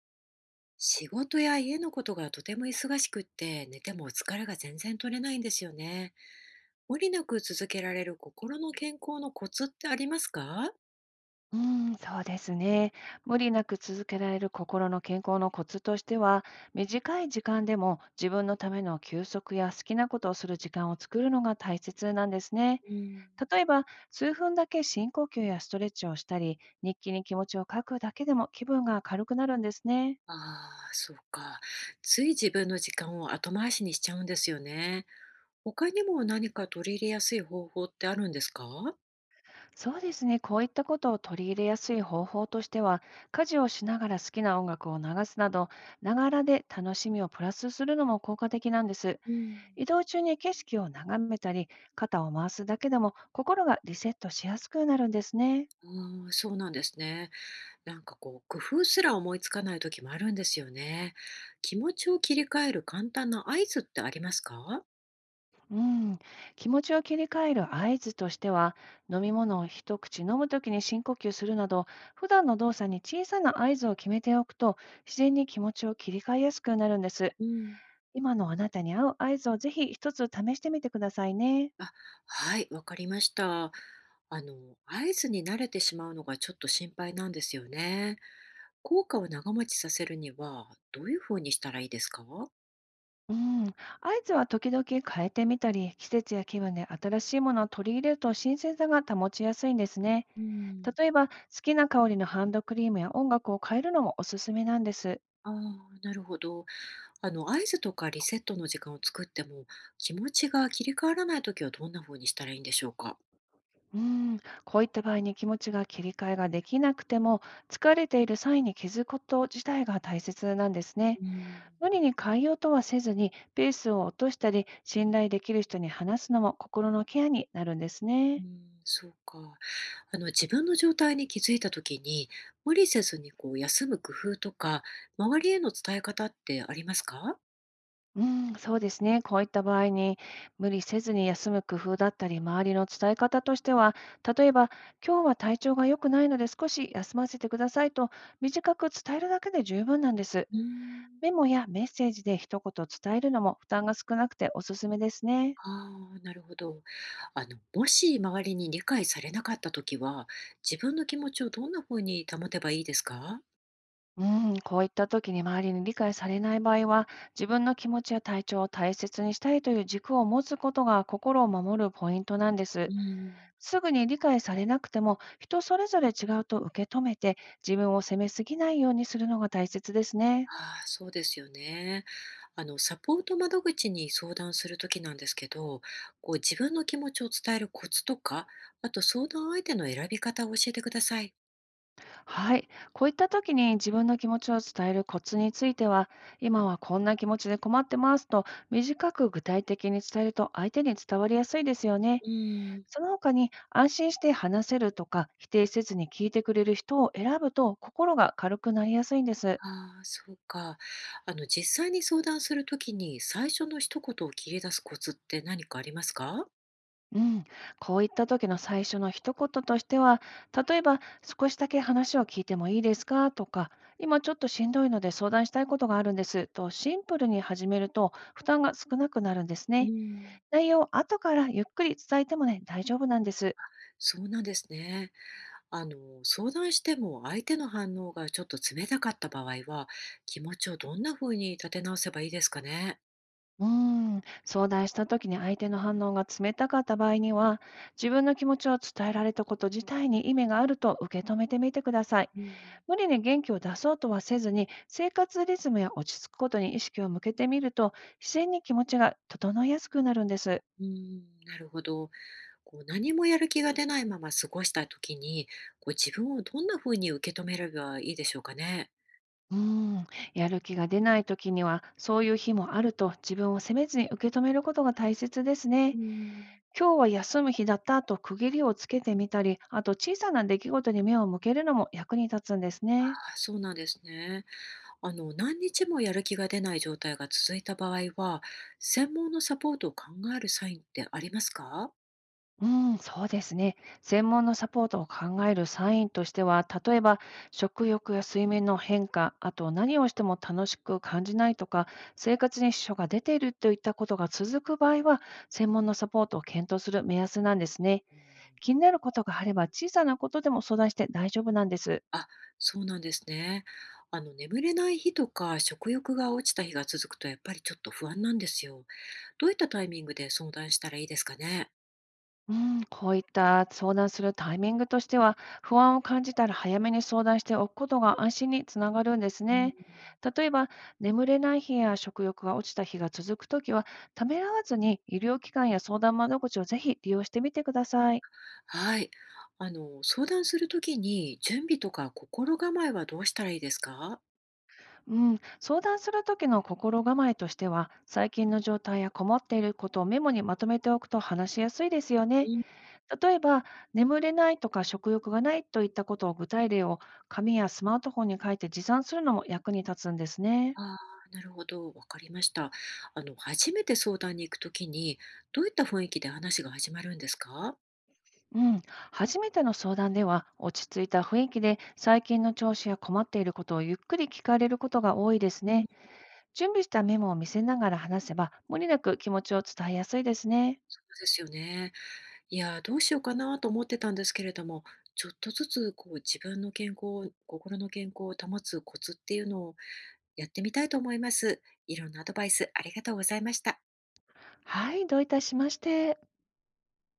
仕事や家のことがとても忙しくって寝ても疲れが全然取れないんですよね。無理なく続けられる心の健康のコツってありますか？うーそうですね。無理なく続けられる心の健康のコツとしては、短い時間でも自分のための休息や好きなことをする時間を作るのが大切なんですね。うん。例えば、数分だけ深呼吸やストレッチをしたり、日記に気持ちを書くだけでも気分が軽くなるんですね。ああ、そうか。つい自分の時間を後回しにしちゃうんですよね。他にも何か取り入れやすい方法ってあるんですか？そうですね。こういったことを取り入れやすい方法としては、家事をしながら好きな音楽を流すなど、ながらで楽しみをプラスするのも効果的なんです。うん。移動中に景色を眺めたり、肩を回すだけでも心がリセットしやすくなるんですね。ああ、そうなんですね。なんかこう、工夫すら思いつかない時もあるんですよね。気持ちを切り替える簡単な合図ってありますか？うん、気持ちを切り替える合図としては、飲み物を一口飲むときに深呼吸するなど、普段の動作に小さな合図を決めておくと、自然に気持ちを切り替えやすくなるんです。うん。今のあなたに合う合図をぜひ一つ試してみてくださいね。あ、はい、わかりました。あの、合図に慣れてしまうのがちょっと心配なんですよね。効果を長持ちさせるには、どういうふうにしたらいいですか？うん、合図は時々変えてみたり、季節や気分で新しいものを取り入れると新鮮さが保ちやすいんですね。うん。例えば、好きな香りのハンドクリームや音楽を変えるのもおすすめなんです。ああ、なるほど。あの、合図とかリセットの時間を作っても、気持ちが切り替わらないときはどんなふうにしたらいいんでしょうか？うん、こういった場合に気持ちが切り替えができなくても、疲れている際に気づくこと自体が大切なんですね。うん。無理に変えようとはせずに、ペースを落としたり、信頼できる人に話すのも心のケアになるんですうね。ん、そうか。あの、自分の状態に気づいたときに、無理せずにこう休む工夫とか、周りへの伝え方ってありますか？うん、そうですね。こういった場合に、無理せずに休む工夫だったり、周りの伝え方としては、例えば、今日は体調が良くないので少し休ませてくださいと、短く伝えるだけで十分なんです。うーん。メモやメッセージで一言伝えるのも負担が少なくておすすめですね。ああー、なるほど。あの、もし周りに理解されなかったときは、自分の気持ちをどんな風に保てばいいですか？うん、こういった時に周りに理解されない場合は、自分の気持ちや体調を大切にしたいという軸を持つことが心を守るポイントなんでうす。ん。すぐに理解されなくても、人それぞれ違うと受け止めて、自分を責めすぎないようにするのが大切ですね。ああ、そうですよね。あの、サポート窓口に相談するときなんですけど、こう自分の気持ちを伝えるコツとか、あと相談相手の選び方を教えてください。はい。こういった時に自分の気持ちを伝えるコツについては、今はこんな気持ちで困ってますと、短く具体的に伝えると相手に伝わりやすいですよね。うん。その他に、安心して話せるとか、否定せずに聞いてくれる人を選ぶと、心が軽くなりやすいんです。ああ、そうか。あの、実際に相談するときに最初の一言を切り出すコツって何かありますか？うん、こういった時の最初の一言としては、例えば、少しだけ話を聞いてもいいですかとか、今ちょっとしんどいので相談したいことがあるんですとシンプルに始めると負担が少なくなるんですうね。ん。内容を後からゆっくり伝えてもね、大丈夫なんです。そうなんですね。あの、相談しても相手の反応がちょっと冷たかった場合は、気持ちをどんな風に立て直せばいいですかね。うー相談した時に相手の反応が冷たかった場合には、自分の気持ちを伝えられたこと自体に意味があると受け止めてみてください。うん、無理に元気を出そうとはせずに、生活リズムや落ち着くことに意識を向けてみると、自然に気持ちが整いやすくなるんです。うん、なるほど。こう何もやる気が出ないまま過ごした時に、こう自分をどんな風に受け止めればいいでしょうかね。うーん、やる気が出ない時には、そういう日もあると自分を責めずに受け止めることが大切ですうね。ん。今日は休む日だったと区切りをつけてみたり、あと小さな出来事に目を向けるのも役に立つんですあ、ね。そうなんですね。あの、何日もやる気が出ない状態が続いた場合は、専門のサポートを考えるサインってありますか？うん、そうですね。専門のサポートを考えるサインとしては、例えば食欲や睡眠の変化、あと何をしても楽しく感じないとか、生活に支障が出ているといったことが続く場合は、専門のサポートを検討する目安なんですね。うん。気になることがあれば、小さなことでも相談して大丈夫なんです。あ、そうなんですね。あの、眠れない日とか、食欲が落ちた日が続くと、やっぱりちょっと不安なんですよ。どういったタイミングで相談したらいいですかね？うん、こういった相談するタイミングとしては、不安を感じたら早めに相談しておくことが安心につながるんですうん。ね。例えば、眠れない日や食欲が落ちた日が続くときは、ためらわずに医療機関や相談窓口をぜひ利用してみてください。はい。あの、相談するときに、準備とか心構えはどうしたらいいですか？うん、相談するときの心構えとしては、最近の状態や困っていることをメモにまとめておくと話しやすいですよね。うん。例えば、眠れないとか食欲がないといったことを具体例を紙やスマートフォンに書いて持参するのも役に立つんですね。ああ、なるほど、わかりました。あの、初めて相談に行くときに、どういった雰囲気で話が始まるんですか？うん、初めての相談では落ち着いた雰囲気で最近の調子や困っていることをゆっくり聞かれることが多いですうん。ね。準備したメモを見せながら話せば無理なく気持ちを伝えやすいですね。そうですよね。いやー、どうしようかなと思ってたんですけれども、ちょっとずつこう自分の健康、心の健康を保つコツっていうのをやってみたいと思います。いろんなアドバイスありがとうございました。はい、どういたしまして。